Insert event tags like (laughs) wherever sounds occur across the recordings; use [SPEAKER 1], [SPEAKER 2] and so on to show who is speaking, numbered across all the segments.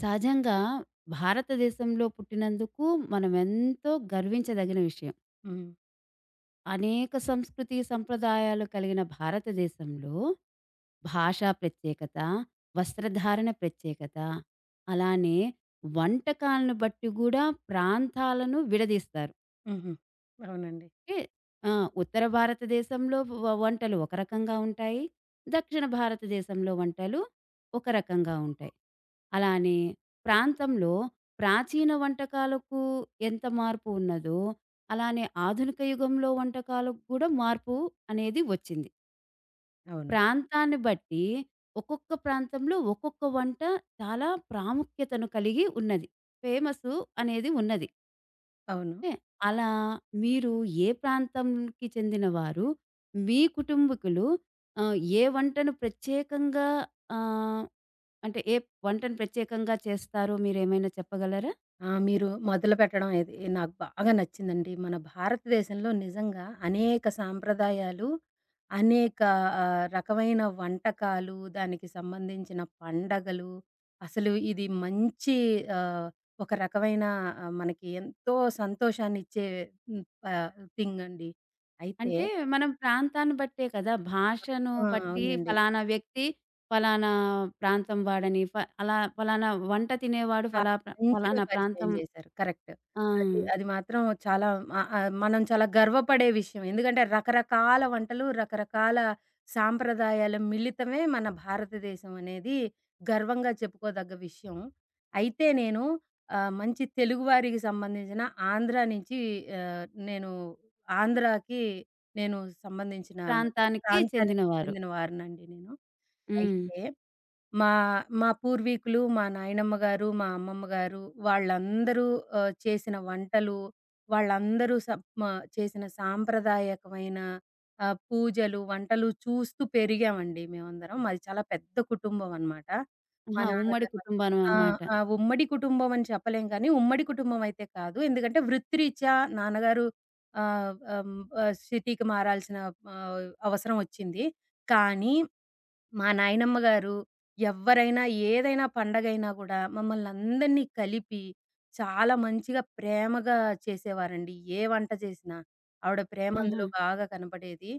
[SPEAKER 1] సహజంగా భారతదేశంలో పుట్టినందుకు మనం ఎంతో గర్వించదగిన విషయం.
[SPEAKER 2] హ్మ్.
[SPEAKER 1] అనేక సంస్కృతి, సంప్రదాయాలు కలిగిన భారతదేశంలో భాషా ప్రత్యేకత, వస్త్రధారణ ప్రత్యేకత, అలానే వంటకాలను బట్టి గూడా ప్రాంతాలను విడదీస్తారు.
[SPEAKER 2] హుహు. అవునండి.
[SPEAKER 1] అంటే, ఆ! ఉత్తర భారతదేశంలో వంటలు ఒక రకంగా ఉంటాయి. దక్షిణ భారతదేశంలో వంటలు ఒక రకంగా ఉంటాయి. అలానే ప్రాంతంలో ప్రాచీన వంటకాలకు ఎంత మార్పు ఉన్నదో, అలానే ఆధునిక యుగంలో వంటకాలకు కూడా మార్పు అనేది వచ్చింది.
[SPEAKER 2] అవును.
[SPEAKER 1] ప్రాంతాన్ని బట్టి ఒక్కొక్క ప్రాంతంలో ఒక్కొక్క వంట చాలా ప్రాముఖ్యతను కలిగి ఉన్నది. ఫేమసు అనేది ఉన్నది.
[SPEAKER 2] అవును.
[SPEAKER 1] అంటే అలా మీరు ఏ ప్రాంతంకి చెందినవారు? మీ కుటుంబకులు ఆహ్, ఏ వంటను ప్రత్యేకంగా ఆహ్, అంటే ఏ వంటను ప్రత్యేకంగా చేస్తారో మీరేమైనా చెప్పగలరా?
[SPEAKER 2] ఆ! మీరు మొదలుపెట్టడం ఇది నాకు బాగా నచ్చిందండి. మన భారతదేశంలో నిజంగా అనేక సాంప్రదాయాలు, అనేక రకమైన వంటకాలు, దానికి సంబంధించిన పండగలు, అసలు ఇది మంచి ఆహ్, ఒక రకమైన మనకి ఎంతో సంతోషాన్నిచ్చే హ్మ్. ఆహ్, థింగ్ అండి. అయితే
[SPEAKER 1] అంటే మనం ప్రాంతాన్ని బట్టే కదా! భాషను
[SPEAKER 2] ఆ!
[SPEAKER 1] బట్టి
[SPEAKER 2] అవునండి.
[SPEAKER 1] ఫలానా వ్యక్తి ఫలానా ప్రాంతం వాడని, అలా ఫలానా వంట తినేవాడు
[SPEAKER 2] చాలా
[SPEAKER 1] ఫలా ప్ర-
[SPEAKER 2] మంచిగా
[SPEAKER 1] ఫలానా
[SPEAKER 2] పరిచయం
[SPEAKER 1] ప్రాంతం
[SPEAKER 2] చేశారు. కరెక్ట్.
[SPEAKER 1] ఆ!
[SPEAKER 2] అది అది మాత్రం చాలా మనం చాలా గర్వపడే విషయం. ఎందుకంటే రకరకాల వంటలు, రకరకాల సాంప్రదాయాల మిళితమే మన భారతదేశం అనేది గర్వంగా చెప్పుకోదగ్గ విషయం. అయితే నేను మంచి తెలుగువారికి సంబంధించిన ఆంధ్ర నుంచి ఆహ్, నేను ఆంధ్రాకి నేను సంబంధించిన
[SPEAKER 1] ప్రాంతానికి
[SPEAKER 2] ప్రాంతానికి
[SPEAKER 1] చెందినవారు.
[SPEAKER 2] చెందిన వాడినండి నేను.
[SPEAKER 1] హ్మ్.
[SPEAKER 2] అయితే మా మా పూర్వీకులు, మా నాయనమ్మ గారు, మా అమ్మమ్మ గారు వాళ్ళందరూ చేసిన వంటలు, వాళ్ళందరూ సం మా చేసిన సాంప్రదాయకమైన పూజలు, వంటలు చూస్తూ పెరిగామండి మేమందరం. మాది చాలా పెద్ద కుటుంబం అనమాట. మా
[SPEAKER 1] ఆహా! ఉమ్మడి
[SPEAKER 2] నాన్నగారు
[SPEAKER 1] కుటుంబం
[SPEAKER 2] ఆ!
[SPEAKER 1] అనమాట.
[SPEAKER 2] ఆ! ఉమ్మడి కుటుంబం అని చెప్పలేం కానీ, ఉమ్మడి కుటుంబం అయితే కాదు. ఎందుకంటే వృత్తిరీత్యా నాన్నగారు ఆహ్, ఆహ్, హ్మ్, ఆహ్, సిటీకి మారాల్సిన అవసరం వచ్చింది. కానీ మా నాయనమ్మ గారు ఎవ్వరైనా, ఏదైనా పండగైనా గూడా మమ్మల్నందరినీ కలిపి, చాలా మంచిగా ప్రేమగా చేసేవారండి. ఏ వంట చేసినా ఆవిడ ప్రేమ
[SPEAKER 1] ఆహా!
[SPEAKER 2] అందులో బాగా కనపడేది.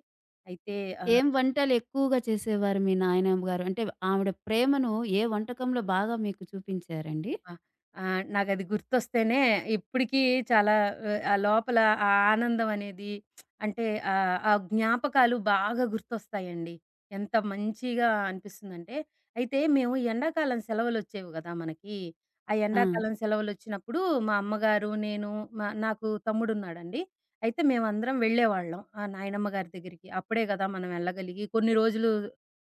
[SPEAKER 2] అయితే ఆహ్
[SPEAKER 1] ఏం వంటలెక్కువగా చేసేవారు మీ నాయనమ్మ గారు? అంటే ఆవిడ ప్రేమను ఏ వంటకంలో బాగా మీకు చూపించారండి?
[SPEAKER 2] ఆ! నాకది గుర్తొస్తేనే ఇప్పటికీ చాలా ఆ లోపల ఆ ఆనందం అనేది అంటే ఆ జ్ఞాపకాలు బాగా గుర్తొస్తాయండి. ఎంత మంచిగా అనిపిస్తుందంటే, అయితే మేము ఎండాకాలం సెలవులొచ్చేవి గదా మనకి. ఆ
[SPEAKER 1] ఆ!
[SPEAKER 2] ఎండాకాలం సెలవులొచ్చినప్పుడు మా అమ్మగారు, నేను, నాకు తమ్ముడున్నాడండి. అయితే మేమందరం వెళ్ళేవాళ్ళం ఆ నాయనమ్మ గారి దగ్గరికి. అప్పుడే గదా మనం వెళ్ళగలిగి కొన్ని రోజులు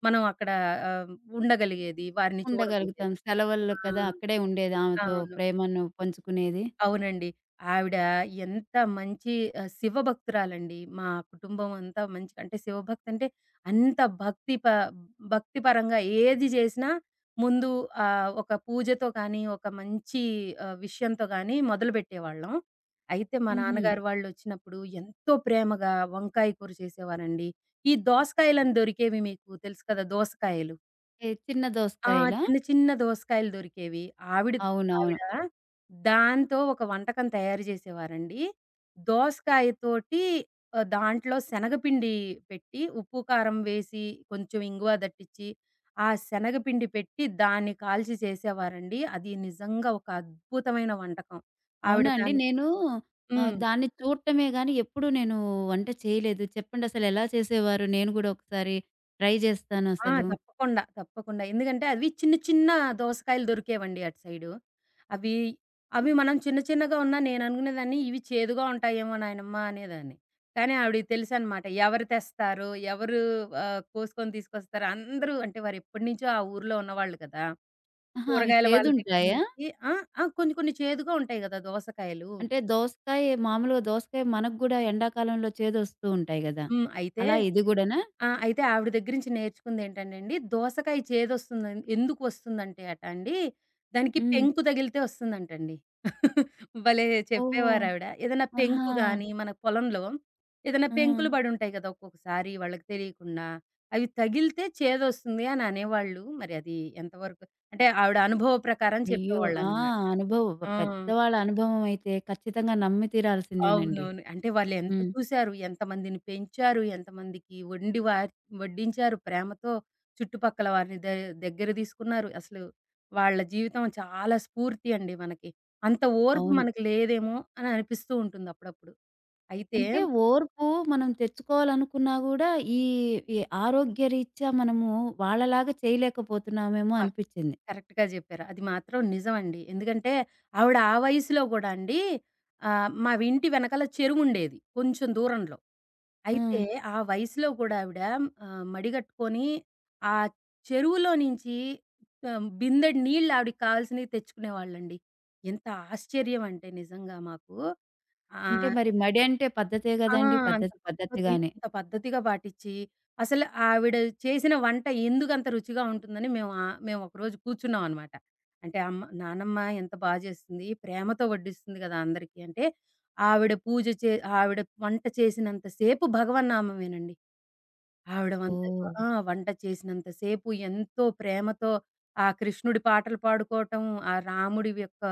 [SPEAKER 2] మనం అక్కడ ఆహ్, ఉండగలిగేది, వారిని
[SPEAKER 1] ఉండగలుగుతాం.
[SPEAKER 2] చూడగలిగేది.
[SPEAKER 1] సెలవుల్లో
[SPEAKER 2] ఆ!
[SPEAKER 1] కదా! అక్కడే ఉండేది ఆమెతో
[SPEAKER 2] అవును.
[SPEAKER 1] ప్రేమను పంచుకునేది.
[SPEAKER 2] అవునండి. ఆవిడ ఎంత మంచి శివ భక్తురాలండి. మా కుటుంబం అంతా మంచి అంటే శివభక్తి అంటే అంత భక్తి భక్తి పరంగా ఏది జేసినా ముందు ఒక పూజతో కానీ, ఒక మంచి విషయంతో గానీ మొదలుపెట్టేవాళ్ళం. అయితే మా
[SPEAKER 1] హుహు.
[SPEAKER 2] నాన్నగారు వాళ్ళొచ్చినప్పుడు ఎంతో ప్రేమగా వంకాయ కూర చేసేవారండి. ఈ దోసకాయలని దొరికేవి, మీకు తెలుసు కదా దోసకాయలు.
[SPEAKER 1] ఏ చిన్న
[SPEAKER 2] ఆ!
[SPEAKER 1] దోసకాయలా?
[SPEAKER 2] చిన్న చిన్న దోసకాయలు దొరికేవి. ఆవిడ
[SPEAKER 1] అవునవును.
[SPEAKER 2] ఆవిడ దాంతో ఒక వంటకం తయారు చేసేవారండి. దోసకాయ తోటి, దాంట్లో శనగపిండి పెట్టి, ఉప్పు, కారం వేసి, కొంచెం ఇంగువ దట్టిచ్చి, ఆ శనగపిండి పెట్టి దాన్ని కాల్చి చేసేవారండి. అది నిజంగా ఒక అద్భుతమైన వంటకం. ఆవిడ
[SPEAKER 1] అవునా అండి?
[SPEAKER 2] దాన్ని
[SPEAKER 1] నేను
[SPEAKER 2] (laughs) హ్మ్.
[SPEAKER 1] దాన్ని చూడటమే గాని ఎప్పుడూ నేను వంట చేయలేదు. చెప్పండసలు ఎలా చేసేవారు? నేను గూడా ఒకసారి ట్రై
[SPEAKER 2] ఆ!
[SPEAKER 1] జేస్తానసలు.
[SPEAKER 2] తప్పకుండా, తప్పకుండా. ఎందుకంటే అవి చిన్న చిన్న దోసకాయలు దొరికేవండి అటు సైడు. అవి, అవి మనం చిన్న చిన్నగా ఉన్నా నేననుకునేదాన్ని ఇవి చేదుగా ఉంటాయేమో నాయనమ్మ అనేదాన్ని. కానీ ఆవిడకి తెలుసనమాట. ఎవరు తెస్తారు? ఎవరు కోసుకొని తీసుకొస్తారు? అందరూ అంటే వారెప్పటినుంచో ఆ ఊర్లో ఉన్నవాళ్ళు కదా,
[SPEAKER 1] ఆహా! అవి
[SPEAKER 2] కూరగాయల వాళ్ళ దగ్గర
[SPEAKER 1] చేదుంటాయా?
[SPEAKER 2] నుంచి. ఆ! ఆ! కొన్ని కొన్ని చేదుగా ఉంటాయి గదా దోసకాయలు.
[SPEAKER 1] అంటే దోసకాయ మామూలుగా దోసకాయ మనకు గూడా ఎండాకాలంలో చేదొస్తూ ఉంటాయి గదా!
[SPEAKER 2] హ్మ్. అయితే
[SPEAKER 1] అలా ఇది గూడానా?
[SPEAKER 2] ఆ! అయితే ఆవిడ దగ్గర నుంచి నేర్చుకుందేంటంటేండి, దోసకాయ ఎందుకు వస్తుందంటే అట అండి, దానికి
[SPEAKER 1] హ్మ్.
[SPEAKER 2] పెంకు తగిలితే వస్తుందంటండి. భలే
[SPEAKER 1] ఓహో!
[SPEAKER 2] చెప్పేవారావిడ. ఏదైనా
[SPEAKER 1] ఆహా!
[SPEAKER 2] పెంకు గాని, మన పొలంలో ఏదైనా
[SPEAKER 1] ఆ!
[SPEAKER 2] పెంకులు పడుంటాయి కదా ఒక్కొక్కసారి వాళ్ళకి తెలియకుండా. అవి తగిలితే చేదొస్తుంది అని అనేవాళ్ళు. మరి అది ఎంతవరకు అంటే ఆవిడ అనుభవ ప్రకారం
[SPEAKER 1] అయ్యో! ఆ!
[SPEAKER 2] చెప్పేవాళ్ళనమాట.
[SPEAKER 1] అనుభవం
[SPEAKER 2] ఆ!
[SPEAKER 1] పెద్దవాళ్ళ అనుభవం అయితే ఖచ్చితంగా నమ్మి తీరాల్సిందేనండి.
[SPEAKER 2] అవునవును. అంటే వాళ్ళెంత
[SPEAKER 1] హ్మ్.
[SPEAKER 2] చూసారు, ఎంతమందిని పెంచారు, ఎంతమందికి వండి వడ్డించారు ప్రేమతో, చుట్టుపక్కల వారిని దగ్గర తీసుకున్నారు. అసలు వాళ్ళ జీవితం చాలా స్ఫూర్తి అండి మనకి. అంత ఓర్పు
[SPEAKER 1] అవును.
[SPEAKER 2] మనకి లేదేమో అని అనిపిస్తూ ఉంటుంది అప్పుడప్పుడు. అయితే
[SPEAKER 1] అంటే ఓర్పు మనం తెచ్చుకోవాలనుకున్నా గూడా ఈ, ఈ ఆరోగ్యరీత్యా మనము వాళ్ళలాగా చేయలేకపోతున్నామేమో
[SPEAKER 2] వ
[SPEAKER 1] అనిపిచ్చింది.
[SPEAKER 2] కరెక్ట్‌గా జెప్పారు. అది మాత్రం నిజమండి. ఎందుకంటే, ఆవిడ ఆ వయసులో గూడా అండి, ఆహ్, మా వి ఇంటి వెనకాల చెరువుండేది కొంచెం దూరంలో. అయితే
[SPEAKER 1] హ్మ్.
[SPEAKER 2] ఆ వయసులో గూడా ఆవిడ మడిగట్టుకొని ఆ చెరువులో నుంచి బిందెడు నీళ్ళు ఆవిడకి కావాల్సినవి తెచ్చుకునేవాళ్ళండి. ఎంత ఆశ్చర్యం అంటే నిజంగా మాకు. ఆ!
[SPEAKER 1] అంటే మరి మడి అంటే పద్ధతే
[SPEAKER 2] ఆ!
[SPEAKER 1] గదండీ!
[SPEAKER 2] అంత
[SPEAKER 1] పద్ధతి
[SPEAKER 2] పద్ధతి
[SPEAKER 1] పద్ధతిగానే.
[SPEAKER 2] అంత పద్ధతిగా పాటిచ్చి, అసలు ఆవిడ చేసిన వంట ఎందుకంత రుచిగా ఉంటుందని మేము ఒకరోజు కూర్చున్నామనమాట. అంటే అమ్మ నానమ్మ ఎంత బా చేస్తుంది, ప్రేమతో వడ్డిస్తుంది కదా అందరికీ అంటే, ఆవిడ పూజ చే ఆవిడ వంట చేసినంత సేపు భగవన్నామమేనండి. ఆవిడ వంట
[SPEAKER 1] ఓహ్!
[SPEAKER 2] ఆ! వంట చేసినంత సేపు ఎంతో ప్రేమతో ఆ కృష్ణుడి పాటలు పాడుకోవటం, ఆ రాముడి యొక్క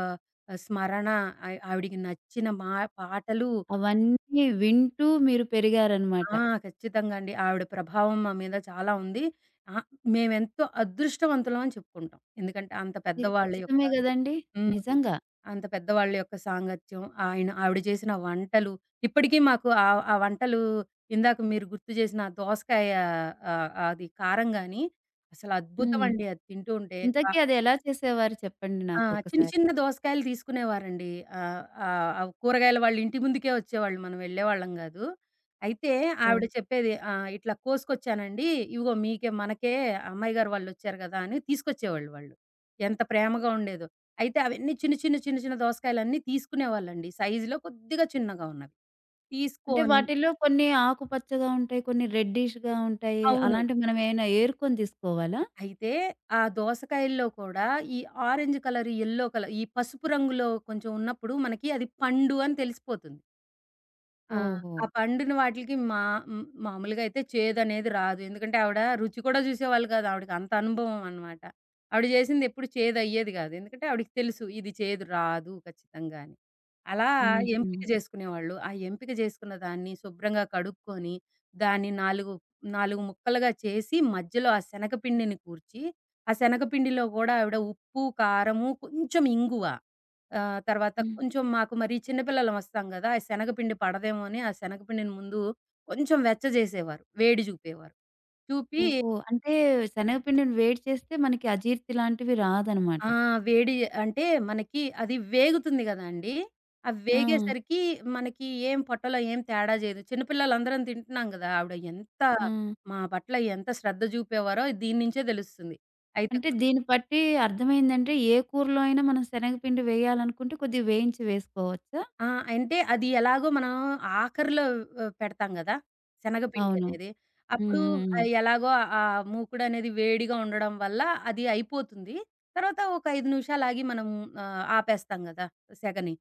[SPEAKER 2] స్మరణ, ఆవిడికి నచ్చిన మా పాటలు.
[SPEAKER 1] అవన్నీ వింటూ మీరు పెరిగారనమాట.
[SPEAKER 2] ఆ! ఖచ్చితంగా అండి. ఆవిడ ప్రభావం మా మీద చాలా ఉంది. ఆహ్, మేమెంతో అదృష్టవంతులం అని చెప్పుకుంటాం. ఎందుకంటే అంత, ఓకే,
[SPEAKER 1] ఇది
[SPEAKER 2] పెద్దవాళ్ళ యొక్క
[SPEAKER 1] ఖచ్చితమే గదండీ!
[SPEAKER 2] హ్మ్,
[SPEAKER 1] నిజంగా.
[SPEAKER 2] అంత పెద్దవాళ్ళ యొక్క సాంగత్యం, ఆయన ఆవిడ చేసిన వంటలు, ఇప్పటికీ మాకు ఆ ఆ వంటలు, ఇందాక మీరు గుర్తు చేసిన ఆ దోసకాయ, అది కారం గాని అసలు అద్భుతం
[SPEAKER 1] హ్మ్.
[SPEAKER 2] అండి, అది తింటూ ఉంటే.
[SPEAKER 1] ఇంతకీ అది ఎలా చేసేవారు చెప్పండి
[SPEAKER 2] ఆ! చిన్న
[SPEAKER 1] నాకొకసారి?
[SPEAKER 2] చిన్న దోసకాయలు తీసుకునేవారండి. ఆహ్, ఆహ్, అవి కూరగాయలు వాళ్ళు ఇంటి ముందుకే వచ్చేవాళ్ళు. మనం వెళ్ళేవాళ్ళం గాదు. అయితే
[SPEAKER 1] ఓహ్!
[SPEAKER 2] ఆవిడ చెప్పేది "ఇట్లా కోసుకొచ్చానండి. ఇవిగో మీకే మనకే అమ్మాయి గారు వాళ్ళొచ్చారు గదా" అని తీసుకొచ్చేవాళ్ళు వాళ్ళు. ఎంత ప్రేమగా ఉండేదో. అయితే అవన్నీ చిన్న చిన్న, చిన్న చిన్న దోసకాయలన్నీ తీసుకునేవాళ్ళండి, సైజులో కొద్దిగా చిన్నగా ఉన్నవి
[SPEAKER 1] అంటే
[SPEAKER 2] తీసుకొని.
[SPEAKER 1] వాటిల్లో కొన్ని ఆకుపచ్చగా ఉంటాయి, కొన్ని రెడ్డిష్‌గా ఉంటాయి.
[SPEAKER 2] అవును.
[SPEAKER 1] అలాంటివి మనం ఏమైనా ఏరుకొని తీసుకోవాలా?
[SPEAKER 2] అయితే ఆ దోసకాయల్లో కూడా ఈ ఆరెంజ్ కలర్, యెల్లో కలర్, ఈ పసుపు రంగులో కొంచెం ఉన్నప్పుడు మనకి అది పండు అని తెలిసిపోతుంది. ఆ!
[SPEAKER 1] ఓహో!
[SPEAKER 2] ఆ పండిన మామూలుగా అయితే చేదనేది రాదు. ఎందుకంటే ఆవిడ రుచి కూడా చూసేవాళ్ళు కాదు. ఆవిడకి అంత అనుభవం అన్నమాట. ఆవిడ చేసింది ఎప్పుడు చేదయ్యేది కాదు. ఎందుకంటే ఆవిడకి తెలుసు ఇది చేదు రాదు ఖచ్చితంగా అని. అలా
[SPEAKER 1] హుహు.
[SPEAKER 2] ఎంపిక చేసుకునేవాళ్ళు. ఆ ఎంపిక చేసుకున్న దాన్ని శుభ్రంగా కడుక్కొని, దాన్ని 4 4 ముక్కలుగా చేసి మధ్యలో ఆ శనగపిండిని కూర్చి, ఆ శనగపిండిలో కూడా ఆవిడ ఉప్పు, కారము, కొంచెం ఇంగువ, తర్వాత
[SPEAKER 1] హ్మ్.
[SPEAKER 2] కొంచెం, మాకు మరి చిన్న పిల్లలం వస్తాం గదా, ఆ శనగపిండి పడదేమో అని ఆ శనగపిండిని ముందు కొంచెం వెచ్చజేసేవారు, వేడి చూపేవారు. చూపి
[SPEAKER 1] ఓహో! అంటే శనగపిండిని వేడి చేస్తే మనకి అజీర్తి లాంటివి రాదనమాట.
[SPEAKER 2] ఆ! వేడి అంటే మనకి అది వేగుతుంది గదండీ. ఆ
[SPEAKER 1] ఆ!
[SPEAKER 2] వేగేసరికి మనకి ఏం పొట్టలో ఏం తేడా చేయదు. చిన్న పిల్లలందరం తింటున్నాం గదా, ఆవిడ ఎంత
[SPEAKER 1] ఆ!
[SPEAKER 2] మా పట్ల ఎంత శ్రద్ధ చూపేవారో దీని నుంచే తెలుస్తుంది. అయితే
[SPEAKER 1] అంటే దీన్ని బట్టి అర్థమైందంటే ఏ కూరలో అయినా మనం శనగపిండి వేయాలనుకుంటే కొద్దిగా వేయించి వేసుకోవచ్చా?
[SPEAKER 2] ఆ! అంటే అది ఎలాగో మనం ఆఖరిలో పెడతాం గదా శనగపిండి
[SPEAKER 1] అవును.
[SPEAKER 2] అనేది.
[SPEAKER 1] హ్మ్.
[SPEAKER 2] అప్పుడు
[SPEAKER 1] హ్మ్. హ్మ్.
[SPEAKER 2] ఎలాగో ఆ మూకుడనేది వేడిగా ఉండడం వల్ల అది అయిపోతుంది. తర్వాత ఒక 5 నిమిషాలు ఆగి మనం ఆపేస్తాం గదా సెగని.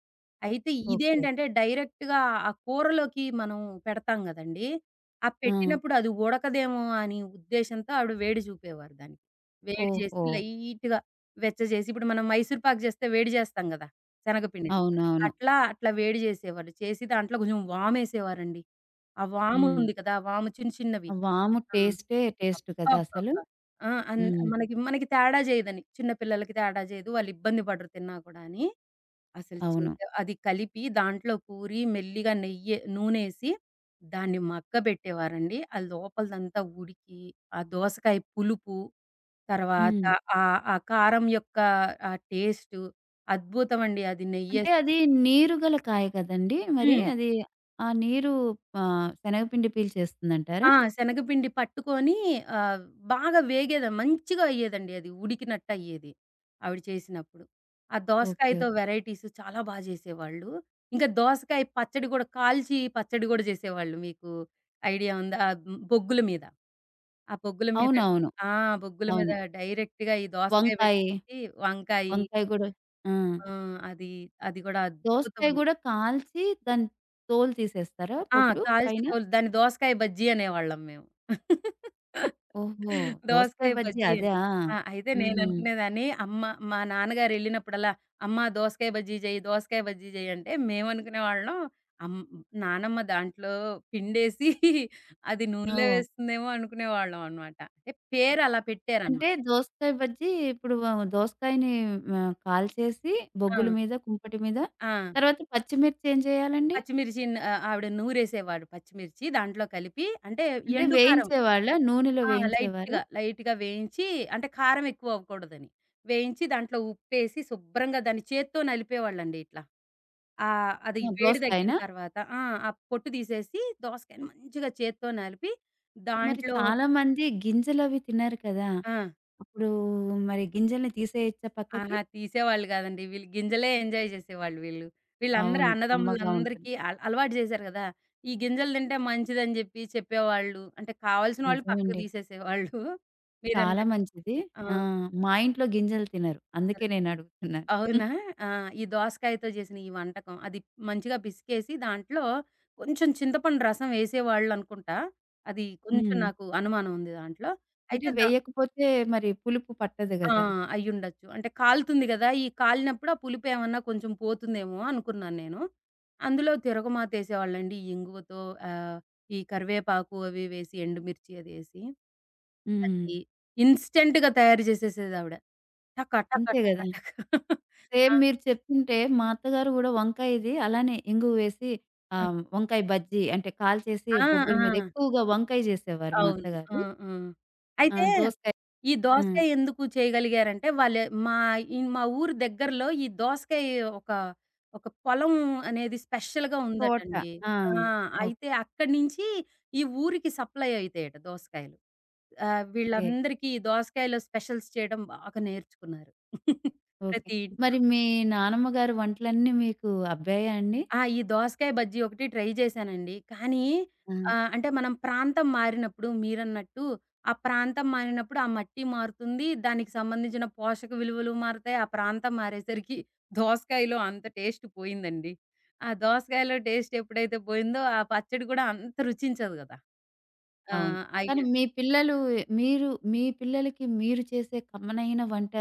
[SPEAKER 2] అయితే
[SPEAKER 1] ఓకే.
[SPEAKER 2] ఇదేంటంటే డైరెక్ట్‌గా ఆ కూరలోకి మనం పెడతాం గదండీ. ఆ
[SPEAKER 1] ఆ!
[SPEAKER 2] పెట్టినప్పుడు అది ఉడకదేమో అని ఉద్దేశ్యంతో ఆవిడ వేడి చూపేవారు దాన్ని. వేడి చేసి
[SPEAKER 1] ఓహో!
[SPEAKER 2] లైట్‌గా వెచ్చ చేసి, ఇప్పుడు మనం మైసూర్ పాక్ చేస్తే వేడి చేస్తాం గదా శనగపిండిని.
[SPEAKER 1] అవునవును.
[SPEAKER 2] అట్లా, అట్లా వేడి జేసేవాళ్ళు. చేసి దాంట్లో కొంచెం వామేసేవారండి. ఆ
[SPEAKER 1] హ్మ్.
[SPEAKER 2] వాముంది కదా, ఆ వాము చిన్న చిన్నవి.
[SPEAKER 1] ఆ వాము
[SPEAKER 2] ఆ!
[SPEAKER 1] టేస్టే టేస్ట్ కదా అసలు.
[SPEAKER 2] అబ్బబ్బబ్బా! ఆ! అన్
[SPEAKER 1] హ్మ్.
[SPEAKER 2] మనకి, మనకి తేడా జేయదని. చిన్న పిల్లలకి తేడా జేయదు, వాళ్ళు ఇబ్బంది పడరు తిన్నా కూడా అని. అసలు
[SPEAKER 1] అవును.
[SPEAKER 2] చేసే అది కలిపి దాంట్లో కూరి మెల్లిగా నెయ్యి నూనేసి దాన్ని మగ్గబెట్టేవారండి. ఆ లోపలదంతా ఉడికి ఆ దోసకాయ పులుపు, తర్వాత
[SPEAKER 1] హ్మ్.
[SPEAKER 2] ఆ, ఆ కారం యొక్క ఆ టేస్టు అద్భుతమండి, అది
[SPEAKER 1] అంటే
[SPEAKER 2] నెయ్యేసుకొని.
[SPEAKER 1] అది నీరు గల కాయ కదండీ! మరి
[SPEAKER 2] హ్మ్.
[SPEAKER 1] అది ఆ నీరు శనగపిండి పీల్చేస్తుందంటారా?
[SPEAKER 2] ఆ! శనగపిండి పట్టుకొని ఆహ్, బాగా మంచిగా అయ్యేదండి అది, ఉడికినట్టు అయ్యేది ఆవిడ చేసినప్పుడు. ఆ
[SPEAKER 1] ఓకే. ఓకే.
[SPEAKER 2] దోసకాయతో వెరైటీస్ చాలా బా చేసేవాళ్ళు. ఇంకా దోసకాయ పచ్చడి గూడా, కాల్చి పచ్చడి గూడా చేసేవాళ్ళు. మీకు ఐడియా ఉందా? బొగ్గుల మీద. ఆ బొగ్గుల మీద,
[SPEAKER 1] అవునవును.
[SPEAKER 2] ఆ! బొగ్గుల మీద
[SPEAKER 1] అవును.
[SPEAKER 2] డైరెక్ట్‌గా ఈ దోసకాయ
[SPEAKER 1] వంకాయ,
[SPEAKER 2] పెట్టి. వంకాయి
[SPEAKER 1] వంకాయ గూడా. ఆ!
[SPEAKER 2] ఆ! అది, గూడా అద్భుతం.
[SPEAKER 1] దోసకాయ గూడా కాల్చి దాని తోలు తీసేస్తారా
[SPEAKER 2] ఆ!
[SPEAKER 1] పొట్టు పైన?
[SPEAKER 2] కాల్చితోలు, దాన్ని దోసకాయ బజ్జీ అనేవాళ్ళం మేము.
[SPEAKER 1] ఓహో! దోసకాయ
[SPEAKER 2] దోసకాయ
[SPEAKER 1] బజ్జీ
[SPEAKER 2] బజ్జీ అని.
[SPEAKER 1] అదా?
[SPEAKER 2] ఆ! అయితే
[SPEAKER 1] హుహు.
[SPEAKER 2] నేననుకునేదాన్ని, మా నాన్నగారెళ్ళినప్పుడల్లా, "అమ్మ దోసకాయ బజ్జీ చెయ్యి, దోసకాయ బజ్జీ చెయ్యి" అంటే మేమనుకునేవాళ్ళం అమ్ నానమ్మ దాంట్లో పిండేసి అది నూనెలో
[SPEAKER 1] ఓహ్!
[SPEAKER 2] వేస్తుందేమో అనుకునేవాళ్ళం అనమాట. అంటే పేరలా పెట్టారనమాట.
[SPEAKER 1] అంటే దోసకాయ బజ్జీ ఇప్పుడు దోసకాయని కాల్చేసి
[SPEAKER 2] ఆ!
[SPEAKER 1] బొగ్గుల మీద, కుంపటి మీద
[SPEAKER 2] ఆ!
[SPEAKER 1] తర్వాత పచ్చిమిర్చి ఏం చేయాలండి?
[SPEAKER 2] ఆవిడ నూరేసేవారు పచ్చిమిర్చి దాంట్లో కలిపి, అంటే
[SPEAKER 1] అంటే
[SPEAKER 2] ఎండు కారం.
[SPEAKER 1] వేయించేవాళ్ళా? నూనెలో
[SPEAKER 2] ఆ!
[SPEAKER 1] వేయించేవారా?
[SPEAKER 2] లైట్‌గా, లైట్‌గా వేయించి, అంటే కారం ఎక్కువ అవ్వకూడదని. వేయించి దాంట్లో ఉప్పేసి శుభ్రంగా దాన్ని చేత్తో నలిపేవాళ్ళండి ఇట్లా. అది
[SPEAKER 1] ఆ!
[SPEAKER 2] వేడి తగ్గిన
[SPEAKER 1] దోసకాయనా?
[SPEAKER 2] తర్వాత ఆ! ఆ పొట్టు తీసేసి దోసకాయని మంచిగా చేత్తో నలిపి
[SPEAKER 1] మరి
[SPEAKER 2] దాంట్లో.
[SPEAKER 1] చాలామంది గింజలవి తినరు కదా!
[SPEAKER 2] ఆ!
[SPEAKER 1] అప్పుడు మరి గింజల్ని తీసేయొచ్చా పక్కకి?
[SPEAKER 2] అహా! తీసేవాళ్ళు కాదండి. వీళ్ళు గింజలే ఎంజాయ్ చేసేవాళ్ళు వీళ్ళు. వీళ్ళందరూ
[SPEAKER 1] అవును. కమ్మగా ఉంటుంది.
[SPEAKER 2] అన్నదమ్ములందరికీ అలవాటు చేశారు కదా. ఈ గింజలు తింటే మంచిదని చెప్పి చెప్పేవాళ్ళు. అంటే కావాల్సిన వాళ్ళు పక్కకు
[SPEAKER 1] నిజమండి.
[SPEAKER 2] తీసేసేవాళ్ళు
[SPEAKER 1] చాలా
[SPEAKER 2] మీరన్నట్టు.
[SPEAKER 1] మంచిది.
[SPEAKER 2] ఆ!
[SPEAKER 1] ఆ! మా ఇంట్లో గింజలు తినరు. అందుకే నేనడుగుతున్నాను. హ్మ్.
[SPEAKER 2] అవునా? ఆ! ఈ దోసకాయతో జేసిన ఈ వంటకం, అది మంచిగా పిసికేసి దాంట్లో కొంచెం చింతపండు రసం ఏసేవాళ్ళనుకుంటా. అది కొంచెం నాకు
[SPEAKER 1] (laughs)
[SPEAKER 2] అనుమానం ఉంది దాంట్లో.
[SPEAKER 1] అంటే
[SPEAKER 2] అయితే దా
[SPEAKER 1] వేయకపోతే మరి పులుపు పట్టదు
[SPEAKER 2] ఆ!
[SPEAKER 1] గదా!
[SPEAKER 2] అయ్యుండొచ్చు. అంటే కాలుతుంది గదా, ఈ కాలినప్పుడు ఆ పులుపేమన్నా కొంచెం పోతుందేమో అనుకున్నాను నేను. అందులో తిరగమాతేసేవాళ్ళండి ఈ ఇంగువతో, ఆహ్, ఈ కరివేపాకు అవి వేసి, ఎండుమిర్చి అదేసి.
[SPEAKER 1] హ్మ్.
[SPEAKER 2] అది ఇన్‌స్టంట్‌గా తయారు జేసేసేదావిడ, టక టక
[SPEAKER 1] అంతే
[SPEAKER 2] టక
[SPEAKER 1] గదా!
[SPEAKER 2] టక. ఆ!
[SPEAKER 1] సేమ్
[SPEAKER 2] ఆ!
[SPEAKER 1] మీరు చెప్తుంటే మా అత్తగారు గూడా వంకాయ ఇది అలానే ఇంగువ వేసి వంకాయ బజ్జీ అంటే కాల్చేసి
[SPEAKER 2] ఆ!
[SPEAKER 1] బొగ్గుల మీద
[SPEAKER 2] ఆ!
[SPEAKER 1] ఎక్కువగా వంకాయ జేసేవారు మా
[SPEAKER 2] అవును. ఆ!
[SPEAKER 1] అత్తగారు.
[SPEAKER 2] ఆ!
[SPEAKER 1] ఆ!
[SPEAKER 2] అయితే
[SPEAKER 1] దోసకాయ.
[SPEAKER 2] ఈ
[SPEAKER 1] ఆ!
[SPEAKER 2] దోసకాయ ఎందుకు చేయగలిగారంటే, వాళ్ళే మా, ఈ మా ఊరు దగ్గరలో ఈ దోసకాయ ఒక, ఒక పొలం అనేది స్పెషల్‌గా
[SPEAKER 1] తోట.
[SPEAKER 2] ఉందటండి.
[SPEAKER 1] ఆ!
[SPEAKER 2] ఆ! అయితే అక్కడి నుంచి ఈ ఊరికి సప్లై అయితాయట దోసకాయలు.
[SPEAKER 1] ఓకే.
[SPEAKER 2] వీళ్ళందరికీ ఈ దోసకాయలో స్పెషల్స్ చేయడం బాగా నేర్చుకున్నారు
[SPEAKER 1] ఓకే.
[SPEAKER 2] ప్రతి ఇంట్లో.
[SPEAKER 1] మరి మీ నానమ్మ గారి వంటలన్నీ మీకు అబ్బాయా అండి?
[SPEAKER 2] ఆ! ఈ దోసకాయ బజ్జీ ఒకటి ట్రై చేశానండి. కానీ
[SPEAKER 1] ఆ!
[SPEAKER 2] అంటే మనం ప్రాంతం మారినప్పుడు, మీరన్నట్టు ఆ ప్రాంతం మారినప్పుడు ఆ మట్టి మారుతుంది. దానికి సంబంధించిన పోషక విలువలు మారతాయి. ఆ ప్రాంతం మారేసరికి దోసకాయలో అంత టేస్ట్ పోయిందండి. ఆ దోసకాయలో టేస్ట్ ఎప్పుడైతే పోయిందో ఆ పచ్చడి కూడా అంత రుచించదు కదా. ఆ!
[SPEAKER 1] అవును. కానీ
[SPEAKER 2] అయ్య
[SPEAKER 1] మీ పిల్లలు మీరు మీ పిల్లలకి మీరు చేసే కమ్మనైన వంట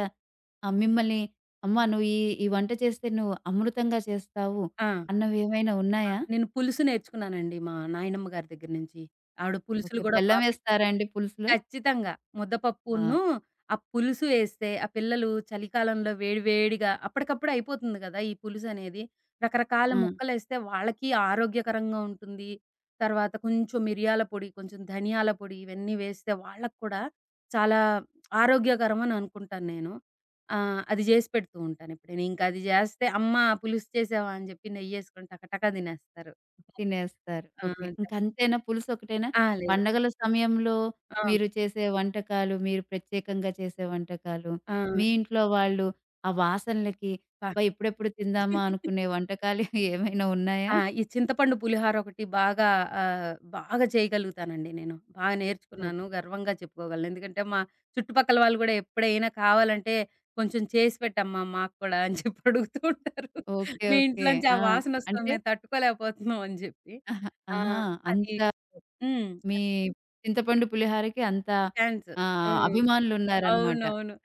[SPEAKER 1] మిమ్మల్ని, "అమ్మ! నువ్వు ఈ ఈ వంట చేస్తే నువ్వు అమృతంగా చేస్తావు"
[SPEAKER 2] ఆ!
[SPEAKER 1] అన్నవేమైనా ఉన్నాయా?
[SPEAKER 2] నేను పులుసు నేర్చుకున్నానండి మా నాయనమ్మ గారి దగ్గర నుంచి. ఆవిడ పులుసులు
[SPEAKER 1] ఓకే.
[SPEAKER 2] కూడా బా
[SPEAKER 1] బెల్లం
[SPEAKER 2] పెట్
[SPEAKER 1] ఏస్తారా అండి పులుసులో?
[SPEAKER 2] ఖచ్చితంగా. ముద్దపప్పును,
[SPEAKER 1] ఆ!
[SPEAKER 2] ఆ పులుసు ఏస్తే, ఆ పిల్లలు చలికాలంలో వేడి వేడిగా అప్పటికప్పుడు అయిపోతుంది గదా ఈ పులుసనేది. రకరకాల
[SPEAKER 1] ఆ!
[SPEAKER 2] ముక్కలేస్తే వాళ్ళకి ఆరోగ్యకరంగా ఉంటుంది. తర్వాత కొంచెం మిరియాల పొడి, కొంచెం ధనియాల పొడి, ఇవన్నీ వేస్తే వాళ్ళకి కూడా చాలా ఆరోగ్యకరమని అనుకుంటాను నేను. అది జేసి పెడుతూ ఉంటాను ఎప్పుడైనా. ఇంకా అది జేస్తే, "అమ్మ పులుసు చేసావా" అని జెప్పి నెయ్యేసుకొని టకటకా తినేస్తారు. (laughs)
[SPEAKER 1] తినేస్తారు.
[SPEAKER 2] ఆ!
[SPEAKER 1] ఓకే.
[SPEAKER 2] చెప్
[SPEAKER 1] ఇంకంతేనా పులుసొకటేనా?
[SPEAKER 2] ఆ! లేదు.
[SPEAKER 1] పండగల సమయంలో
[SPEAKER 2] ఆ!
[SPEAKER 1] మీరు చేసే వంటకాలు, మీరు ప్రత్యేకంగా చేసే వంటకాలు,
[SPEAKER 2] ఆ!
[SPEAKER 1] మీ ఇంట్లో వాళ్ళు ఆ వాసనలకి
[SPEAKER 2] పా
[SPEAKER 1] అబ్బా! ఎప్పుడెప్పుడు తిందామా
[SPEAKER 2] (laughs)
[SPEAKER 1] అనుకునే వంటకాలు (laughs) ఏమైనా ఉన్నాయా?
[SPEAKER 2] ఆ! ఈ చింతపండు పులిహోర ఒకటి బాగా బాగా చేయగలుగుతానండి నేను. బాగా
[SPEAKER 1] ఓ
[SPEAKER 2] నేర్చుకున్నాను. గర్వంగా చెప్పుకోగలను. ఎందుకంటే, మా చుట్టుపక్కల వాళ్ళు గూడా ఎప్పుడైనా కావాలంటే, "కొంచెం చేసి పెట్టమ్మా మాకు కూడా" అని చెప్పి అడుగుతూ ఉంటారు.
[SPEAKER 1] ఓకే.
[SPEAKER 2] "మీ
[SPEAKER 1] ఓకే.
[SPEAKER 2] ఇంట్లోంచి ఆ
[SPEAKER 1] ఆ!
[SPEAKER 2] వాసనొస్తుంది.
[SPEAKER 1] అంటే (laughs)
[SPEAKER 2] మేము తట్టుకోలేకపోతున్నాం" అని జెప్పి.
[SPEAKER 1] అహా!
[SPEAKER 2] ఆ!
[SPEAKER 1] ఆహా!
[SPEAKER 2] అది
[SPEAKER 1] అంత.
[SPEAKER 2] హ్మ్.
[SPEAKER 1] మీ
[SPEAKER 2] అది
[SPEAKER 1] చింతపండు పులిహారకి అంత
[SPEAKER 2] ఛాన్స్. హ్మ్.
[SPEAKER 1] అభిమానులున్నారనమాట.
[SPEAKER 2] అవునవును.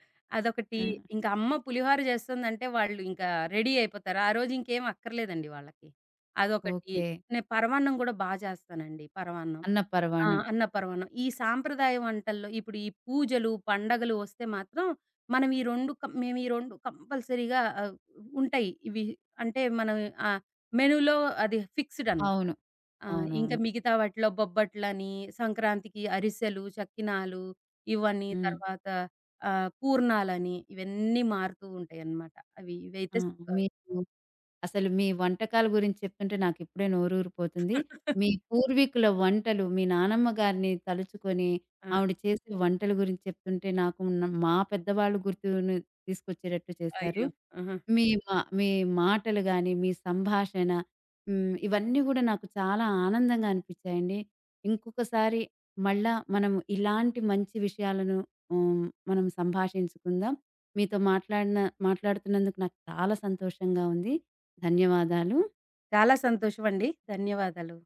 [SPEAKER 1] ఆ!
[SPEAKER 2] అదొకటి.
[SPEAKER 1] అభిమానులు ఉన్నారనమాట.
[SPEAKER 2] ఇంకా అమ్మ పులిహోర చేస్తుందంటే వాళ్ళు ఇంకా రెడీ అయిపోతారు. ఆ రోజు ఇంకేం అక్కర్లేదండి వాళ్ళకి. అదొకటి.
[SPEAKER 1] ఓకే.
[SPEAKER 2] నేను పరమాన్నం కూడా బా చేస్తానండి, పరమాన్నం.
[SPEAKER 1] అన్న
[SPEAKER 2] ఆ!
[SPEAKER 1] పరమాన్నం.
[SPEAKER 2] అన్న పరమాన్నం. ఈ సాంప్రదాయ వంటల్లో ఇప్పుడు ఈ పూజలు, పండగలు వస్తే మాత్రం మనం ఈ 2 కం మేము ఈ 2 కంపల్సరీగా ఉంటాయి ఇవి. అంటే మనం ఆహ్, మెనూలో అది ఫిక్స్‌డ్ అన్నమాట.
[SPEAKER 1] అవును.
[SPEAKER 2] ఆ! ఇంకా
[SPEAKER 1] అవునవును.
[SPEAKER 2] మిగతా వాటిలో బొబ్బట్లని, సంక్రాంతికి అరిసెలు, చక్కినాలు ఇవని.
[SPEAKER 1] హ్మ్.
[SPEAKER 2] తర్వాత పూర్ణాలని ఇవన్నీ మారుతూ ఉంటాయన్నమాట. అవి ఇవైతే
[SPEAKER 1] ఆ! మీకు అసలు మీ వంటకాల గురించి చెప్తుంటే నాకిప్పుడే నోరూరిపోతుంది. మీ
[SPEAKER 2] (laughs)
[SPEAKER 1] పూర్వీకుల వంటలు, మీ నానమ్మ గారిని తలుచుకొని,
[SPEAKER 2] ఆ!
[SPEAKER 1] ఆవిడ చేసే వంటల గురించి చెప్తుంటే నాకు మా పెద్దవాళ్ళు గుర్తును తీసుకొచ్చేటట్టు చేశారు.
[SPEAKER 2] అయ్యో! ఆహా!
[SPEAKER 1] మీ మాటలు గాని, మీ సంభాషణ, ఇవన్నీ గూడా నాకు చాలా ఆనందంగా అనిపించాయండి. ఇంకొకసారి మళ్ళా మనం ఇలాంటి మంచి విషయాలను హ్మ్. మనం సంభాషించుకుందాం. మీతో మాట్లాడిన మాట్లాడుతున్నందుకు నాకు చాలా సంతోషంగా ఉంది. ధన్యవాదాలు.
[SPEAKER 2] చాలా సంతోషమండి. ధన్యవాదాలు.